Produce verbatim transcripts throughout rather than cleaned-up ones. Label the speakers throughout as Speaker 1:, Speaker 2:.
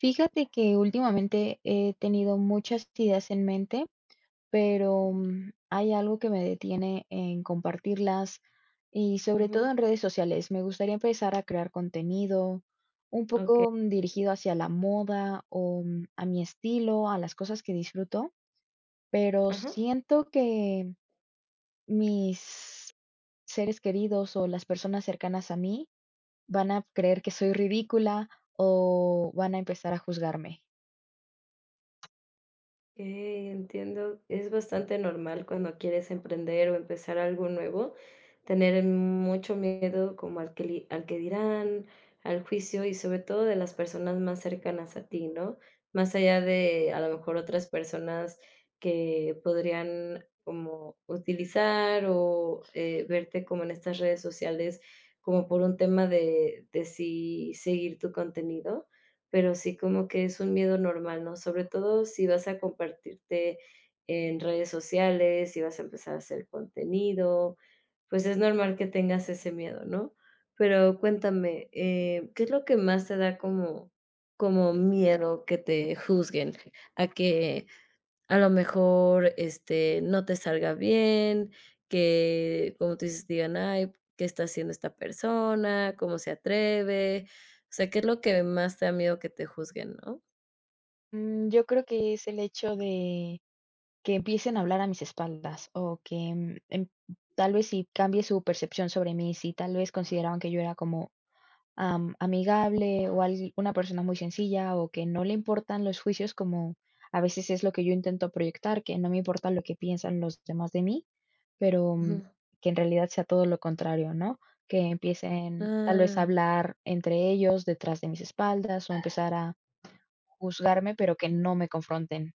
Speaker 1: Fíjate que últimamente he tenido muchas ideas en mente, pero mm, hay algo que me detiene en compartirlas, y sobre todo
Speaker 2: Ujú,
Speaker 1: en redes sociales. Me gustaría empezar a crear contenido un
Speaker 2: okey.
Speaker 1: poco mm, dirigido hacia la moda o mm, a mi estilo, a las cosas que disfruto, pero
Speaker 2: Ajá,
Speaker 1: siento que mis seres queridos o las personas cercanas a mí van a creer que soy ridícula o van a empezar a juzgarme.
Speaker 2: okey, entiendo. Es bastante normal cuando quieres emprender o empezar algo nuevo, tener mucho miedo como al que li al que dirán, al juicio y sobre todo de las personas más cercanas a ti, ¿no? Más allá de a lo mejor otras personas que podrían como utilizar o, eh, verte como en estas redes sociales como por un tema de de si seguir tu contenido. Pero sí como que es un miedo normal, ¿no? Sobre todo si vas a compartirte en redes sociales, si vas a empezar a hacer contenido, pues es normal que tengas ese miedo, ¿no? Pero cuéntame, eh, ¿qué es lo que más te da como, como miedo que te juzguen? ¿A que a lo mejor, este, no te salga bien, que, como tú dices, digan: "Ay, ¿qué está haciendo esta persona? ¿Cómo se atreve?". O sea, ¿qué es lo que más te da miedo que te juzguen, no?
Speaker 1: Mm, yo creo que es el hecho de que empiecen a hablar a mis espaldas o que, mm, em, tal vez si cambie su percepción sobre mí, si tal vez consideraban que yo era como, am, amigable o algui una persona muy sencilla o que no le importan los juicios, como a veces es lo que yo intento proyectar, que no me importa lo que piensan los demás de mí, pero, mm,
Speaker 2: Ujú.
Speaker 1: que en realidad sea todo lo contrario, ¿no? Que empiecen tal vez a
Speaker 2: Ah,
Speaker 1: hablar entre ellos detrás de mis espaldas o empezar a juzgarme, pero que no me confronten.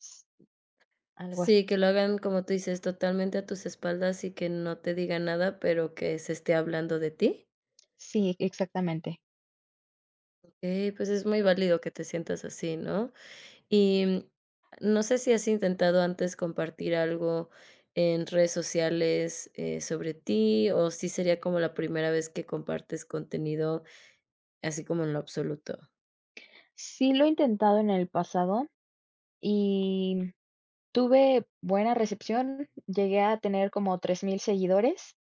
Speaker 1: S Algo así.
Speaker 2: sí, que lo hagan, como tú dices, totalmente a tus espaldas y que no te digan nada, pero que se esté hablando de ti.
Speaker 1: Sí, exactamente.
Speaker 2: Okey, pues es muy válido que te sientas así, ¿no? Y no sé si has intentado antes compartir algo en redes sociales, eh, sobre ti, o si sería como la primera vez que compartes contenido así como en lo absoluto.
Speaker 1: Sí lo he intentado en el pasado y tuve buena recepción, llegué a tener como tres mil seguidores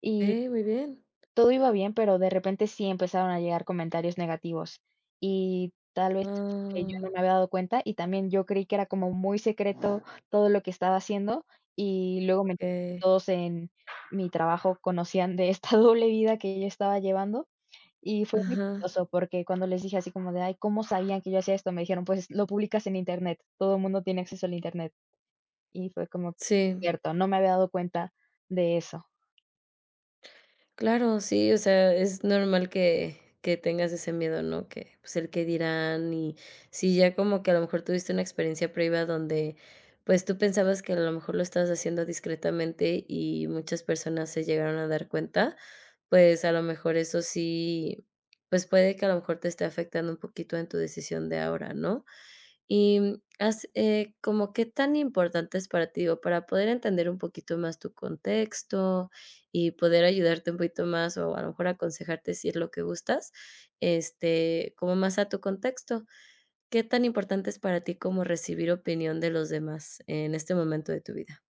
Speaker 1: y
Speaker 2: Okey, muy bien.
Speaker 1: todo iba bien, pero de repente sí empezaron a llegar comentarios negativos, y tal vez es lo que yo no
Speaker 2: Ah,
Speaker 1: me había dado cuenta, y también yo creí que era como muy secreto todo lo que estaba haciendo y luego me enteré que
Speaker 2: okey.
Speaker 1: todos en mi trabajo conocían de esta doble vida que yo estaba llevando. Y fue muy
Speaker 2: Ajá.
Speaker 1: chistoso porque cuando les dije así como de: "Ay, ¿cómo sabían que yo hacía esto?". Me dijeron: "Pues lo publicas en Internet, todo el mundo tiene acceso al Internet". Y fue como:
Speaker 2: Sí.
Speaker 1: "Cierto, no me había dado cuenta de eso".
Speaker 2: Claro, sí, o sea, es normal que que tengas ese miedo, ¿no? Que, pues, el que dirán, y si ya como que a lo mejor tuviste una experiencia previa donde, pues, tú pensabas que a lo mejor lo estabas haciendo discretamente y muchas personas se llegaron a dar cuenta, pues, a lo mejor eso sí, pues, puede que a lo mejor te esté afectando un poquito en tu decisión de ahora, ¿no? Y mm, has eh, como qué tan importante es para ti, digo, para poder entender un poquito más tu contexto y poder ayudarte un poquito más, o a lo mejor aconsejarte si es lo que gustas, este, como más a tu contexto, ¿qué tan importante es para ti como recibir opinión de los demás en este momento de tu vida?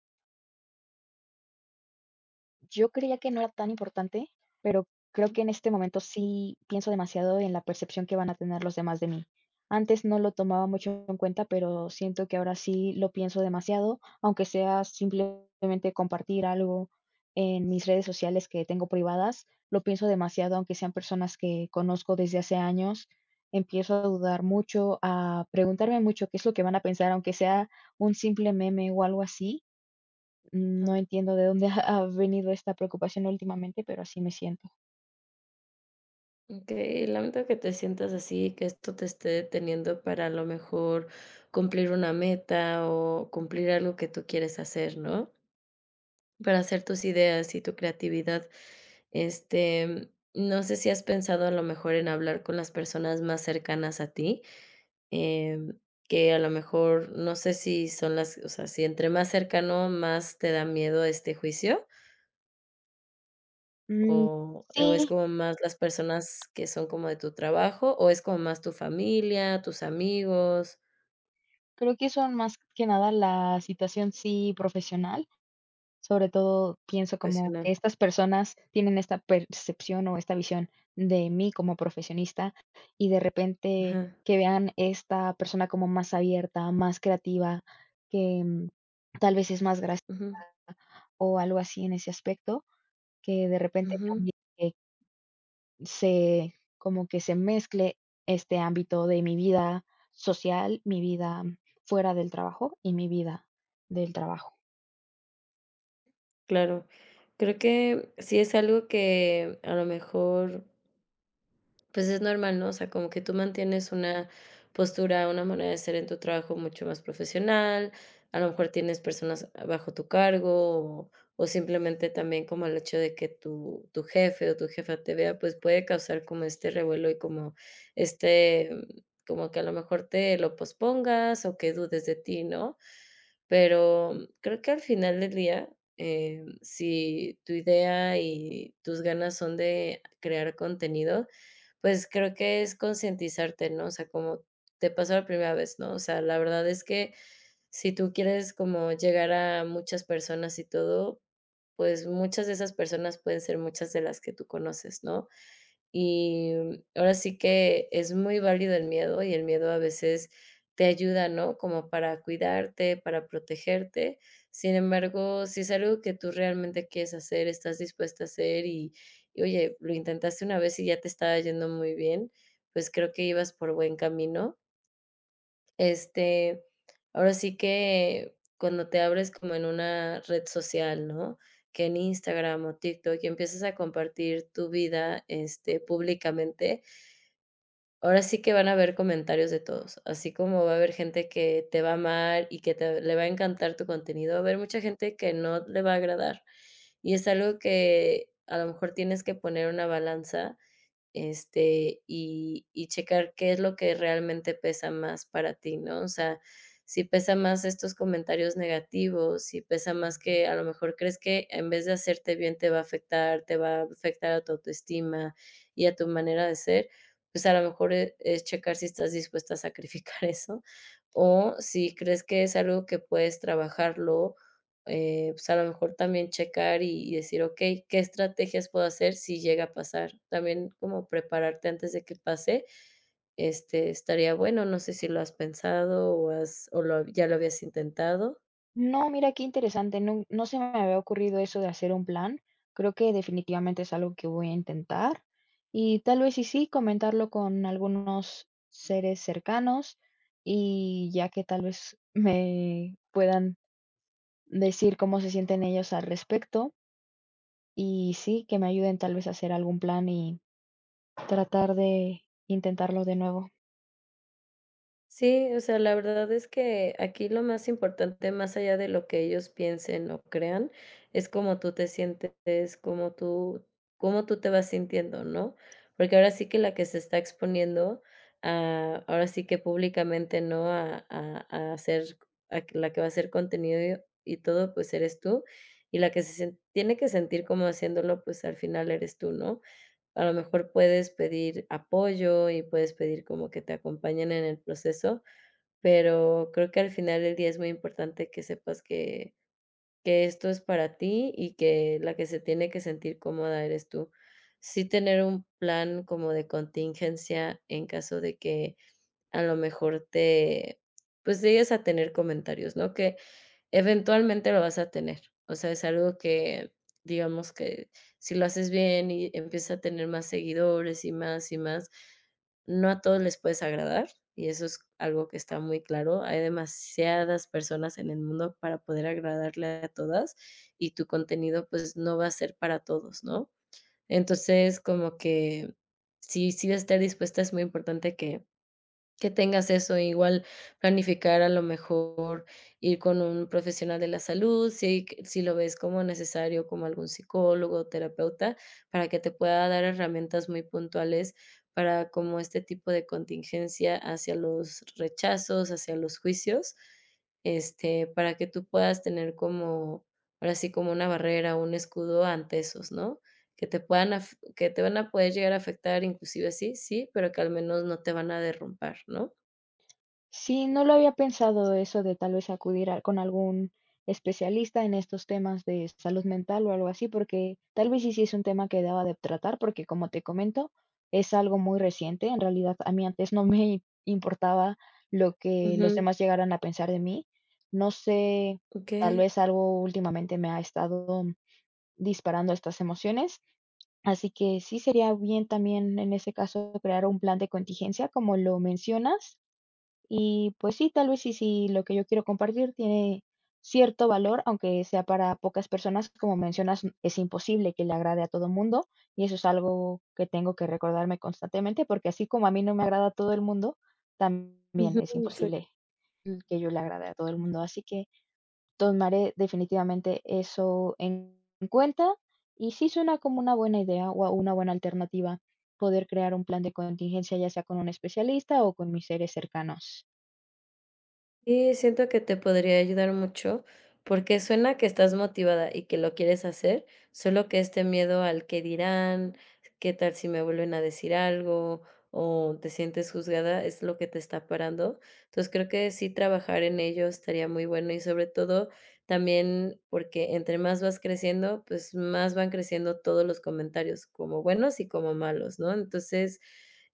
Speaker 1: Yo creía que no era tan importante, pero creo que en este momento sí pienso demasiado en la percepción que van a tener los demás de mí. Antes no lo tomaba mucho en cuenta, pero siento que ahora sí lo pienso demasiado, aunque sea simplemente compartir algo en mis redes sociales que tengo privadas, lo pienso demasiado, aunque sean personas que conozco desde hace años. Empiezo a dudar mucho, a preguntarme mucho qué es lo que van a pensar, aunque sea un simple meme o algo así.
Speaker 2: Ajá.
Speaker 1: No entiendo de dónde ha ha venido esta preocupación últimamente, pero así me siento.
Speaker 2: Okey, lamento que te sientas así, que esto te esté deteniendo para a lo mejor cumplir una meta o cumplir algo que tú quieres hacer, ¿no? Para hacer tus ideas y tu creatividad. Este, no sé si has pensado a lo mejor en hablar con las personas más cercanas a ti, em, que a lo mejor no sé si son las, o sea, si entre más cercano, más te da miedo este juicio,
Speaker 1: Mm,
Speaker 2: o, o es
Speaker 1: sí,
Speaker 2: como más las personas que son como de tu trabajo, o es como más tu familia, tus amigos,
Speaker 1: creo que son más que nada la situación, sí, profesional. Sobre todo pienso como que
Speaker 2: profesional.
Speaker 1: estas personas tienen esta percepción o esta visión de mí como profesionista, y de repente
Speaker 2: Ajá,
Speaker 1: que vean esta persona como más abierta, más creativa, que, mm, tal vez es más graciosa
Speaker 2: ujú,
Speaker 1: o algo así en ese aspecto, que de repente
Speaker 2: ujú,
Speaker 1: cambie, que Se como que se mezcle este ámbito de mi vida social, mi vida fuera del trabajo y mi vida del trabajo.
Speaker 2: claro. Creo que sí es algo que a lo mejor. Pues es normal, ¿no? O sea, como que tú mantienes una postura, una manera de ser en tu trabajo mucho más profesional, a lo mejor tienes personas bajo tu cargo o, o simplemente también como el hecho de que tu, tu jefe o tu jefa te vea, pues puede causar como este revuelo y como este, mm, como que a lo mejor te lo pospongas o que dudes de ti, ¿no? Pero mm, creo que al final del día, eh, si tu idea y tus ganas son de crear contenido, pues creo que es concientizarte, ¿no? O sea, como te pasó la primera vez, ¿no? O sea, la verdad es que si tú quieres como llegar a muchas personas y todo, pues muchas de esas personas pueden ser muchas de las que tú conoces, ¿no? Y mm, ahora sí que es muy válido el miedo, y el miedo a veces te ayuda, ¿no? Como para cuidarte, para protegerte. Sin embargo, si es algo que tú realmente quieres hacer, estás dispuesta a hacer y y oye, lo intentaste una vez y ya te estaba yendo muy bien, pues creo que ibas por buen camino. Este, Ahora sí que cuando te abres como en una red social, ¿no? Que en Instagram o TikTok y empiezas a compartir tu vida, este, públicamente, ahora sí que van a haber comentarios de todos, así como va a haber gente que te va a amar y que te le va a encantar tu contenido, va a haber mucha gente que no le va a agradar. Y es algo que a lo mejor tienes que poner una balanza este, y y checar qué es lo que realmente pesa más para ti, ¿no? O sea, si pesa más estos comentarios negativos, si pesa más que a lo mejor crees que en vez de hacerte bien te va a afectar, te va a afectar a tu autoestima y a tu manera de ser, pues a lo mejor e es checar si estás dispuesta a sacrificar eso, o si crees que es algo que puedes trabajarlo eh, pues, a lo mejor también checar y y decir: "Okey, ¿qué estrategias puedo hacer si llega a pasar?". También como prepararte antes de que pase, este, estaría bueno, no sé si lo has pensado o has o lo ya lo habías intentado.
Speaker 1: No, mira qué interesante, no no se me había ocurrido eso de hacer un plan. Creo que definitivamente es algo que voy a intentar, y tal vez y sí comentarlo con algunos seres cercanos, y ya que tal vez me puedan decir cómo se sienten ellos al respecto, y sí, que me ayuden tal vez a hacer algún plan y tratar de intentarlo de nuevo.
Speaker 2: Sí, o sea, la verdad es que aquí lo más importante, más allá de lo que ellos piensen o crean, es cómo tú te sientes, cómo tú, cómo tú te vas sintiendo, ¿no? Porque ahora sí que la que se está exponiendo, a, ahora sí que públicamente, ¿no? A, a, a hacer, a que- la que va a hacer contenido y, y todo, pues eres tú. Y la que se sien- tiene que sentir como haciéndolo, pues al final eres tú, ¿no? A lo mejor puedes pedir apoyo y puedes pedir como que te acompañen en el proceso, pero creo que al final del día es muy importante que sepas que que esto es para ti y que la que se tiene que sentir cómoda eres tú. Sí tener un plan como de contingencia en caso de que a lo mejor te, pues, llegues a tener comentarios, ¿no? Que eventualmente lo vas a tener. O sea, es algo que, digamos que si lo haces bien y empieza a tener más seguidores y más y más, no a todos les puedes agradar, y eso es algo que está muy claro. Hay demasiadas personas en el mundo para poder agradarle a todas, y tu contenido, pues, no va a ser para todos, ¿no? Entonces, como que sí sí estar dispuesta, es muy importante que que tengas eso, igual planificar a lo mejor ir con un profesional de la salud, si si lo ves como necesario, como algún psicólogo, o terapeuta, para que te pueda dar herramientas muy puntuales para como este tipo de contingencia hacia los rechazos, hacia los juicios, este, para que tú puedas tener como, ahora sí, como una barrera, un escudo ante esos, ¿no? Que te puedan af que te van a poder llegar a afectar inclusive así, sí, pero que al menos no te van a derrumbar, ¿no?
Speaker 1: Sí, no lo había pensado eso de tal vez acudir a con algún especialista en estos temas de salud mental o algo así, porque tal vez sí, sí es un tema que daba de tratar, porque como te comento, es algo muy reciente. En realidad, a mí antes no me importaba lo que los
Speaker 2: Ujú,
Speaker 1: demás llegaran a pensar de mí. No sé, tal
Speaker 2: okey.
Speaker 1: vez algo últimamente me ha estado disparando estas emociones. Así que sí sería bien también en ese caso crear un plan de contingencia, como lo mencionas. Y pues sí, tal vez sí, sí, lo que yo quiero compartir tiene cierto valor, aunque sea para pocas personas, como mencionas, n- es imposible que le agrade a todo mundo. Y eso es algo que tengo que recordarme constantemente, porque así como a mí no me agrada a todo el mundo, también es
Speaker 2: Ujú,
Speaker 1: imposible, mm, que yo le agrade a todo el mundo. Así que tomaré definitivamente eso en cuenta, y sí suena como una buena idea o a una buena alternativa poder crear un plan de contingencia, ya sea con un especialista o con mis seres cercanos.
Speaker 2: sí, siento que te podría ayudar mucho, porque suena que estás motivada y que lo quieres hacer, solo que este miedo al qué dirán, qué tal si me vuelven a decir algo o te sientes juzgada es lo que te está parando. Entonces creo que sí trabajar en ello estaría muy bueno y sobre todo también porque entre más vas creciendo, pues más van creciendo todos los comentarios, como buenos y como malos, ¿no? Entonces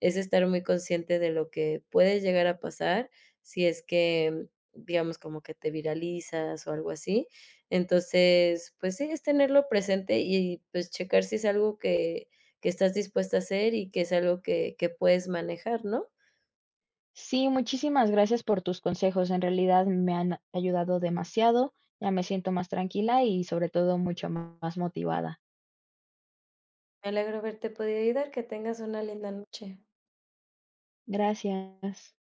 Speaker 2: es estar muy consciente de lo que puede llegar a pasar si es que digamos, como que te viralizas o algo así. Entonces, pues sí, es tenerlo presente y, pues, checar si es algo que que estás dispuesta a hacer y que es algo que que puedes manejar, ¿no?
Speaker 1: Sí, muchísimas gracias por tus consejos. En realidad me han ayudado demasiado. Ya me siento más tranquila y sobre todo mucho más motivada.
Speaker 2: Me alegro haberte podido ayudar, que tengas una linda noche.
Speaker 1: Gracias.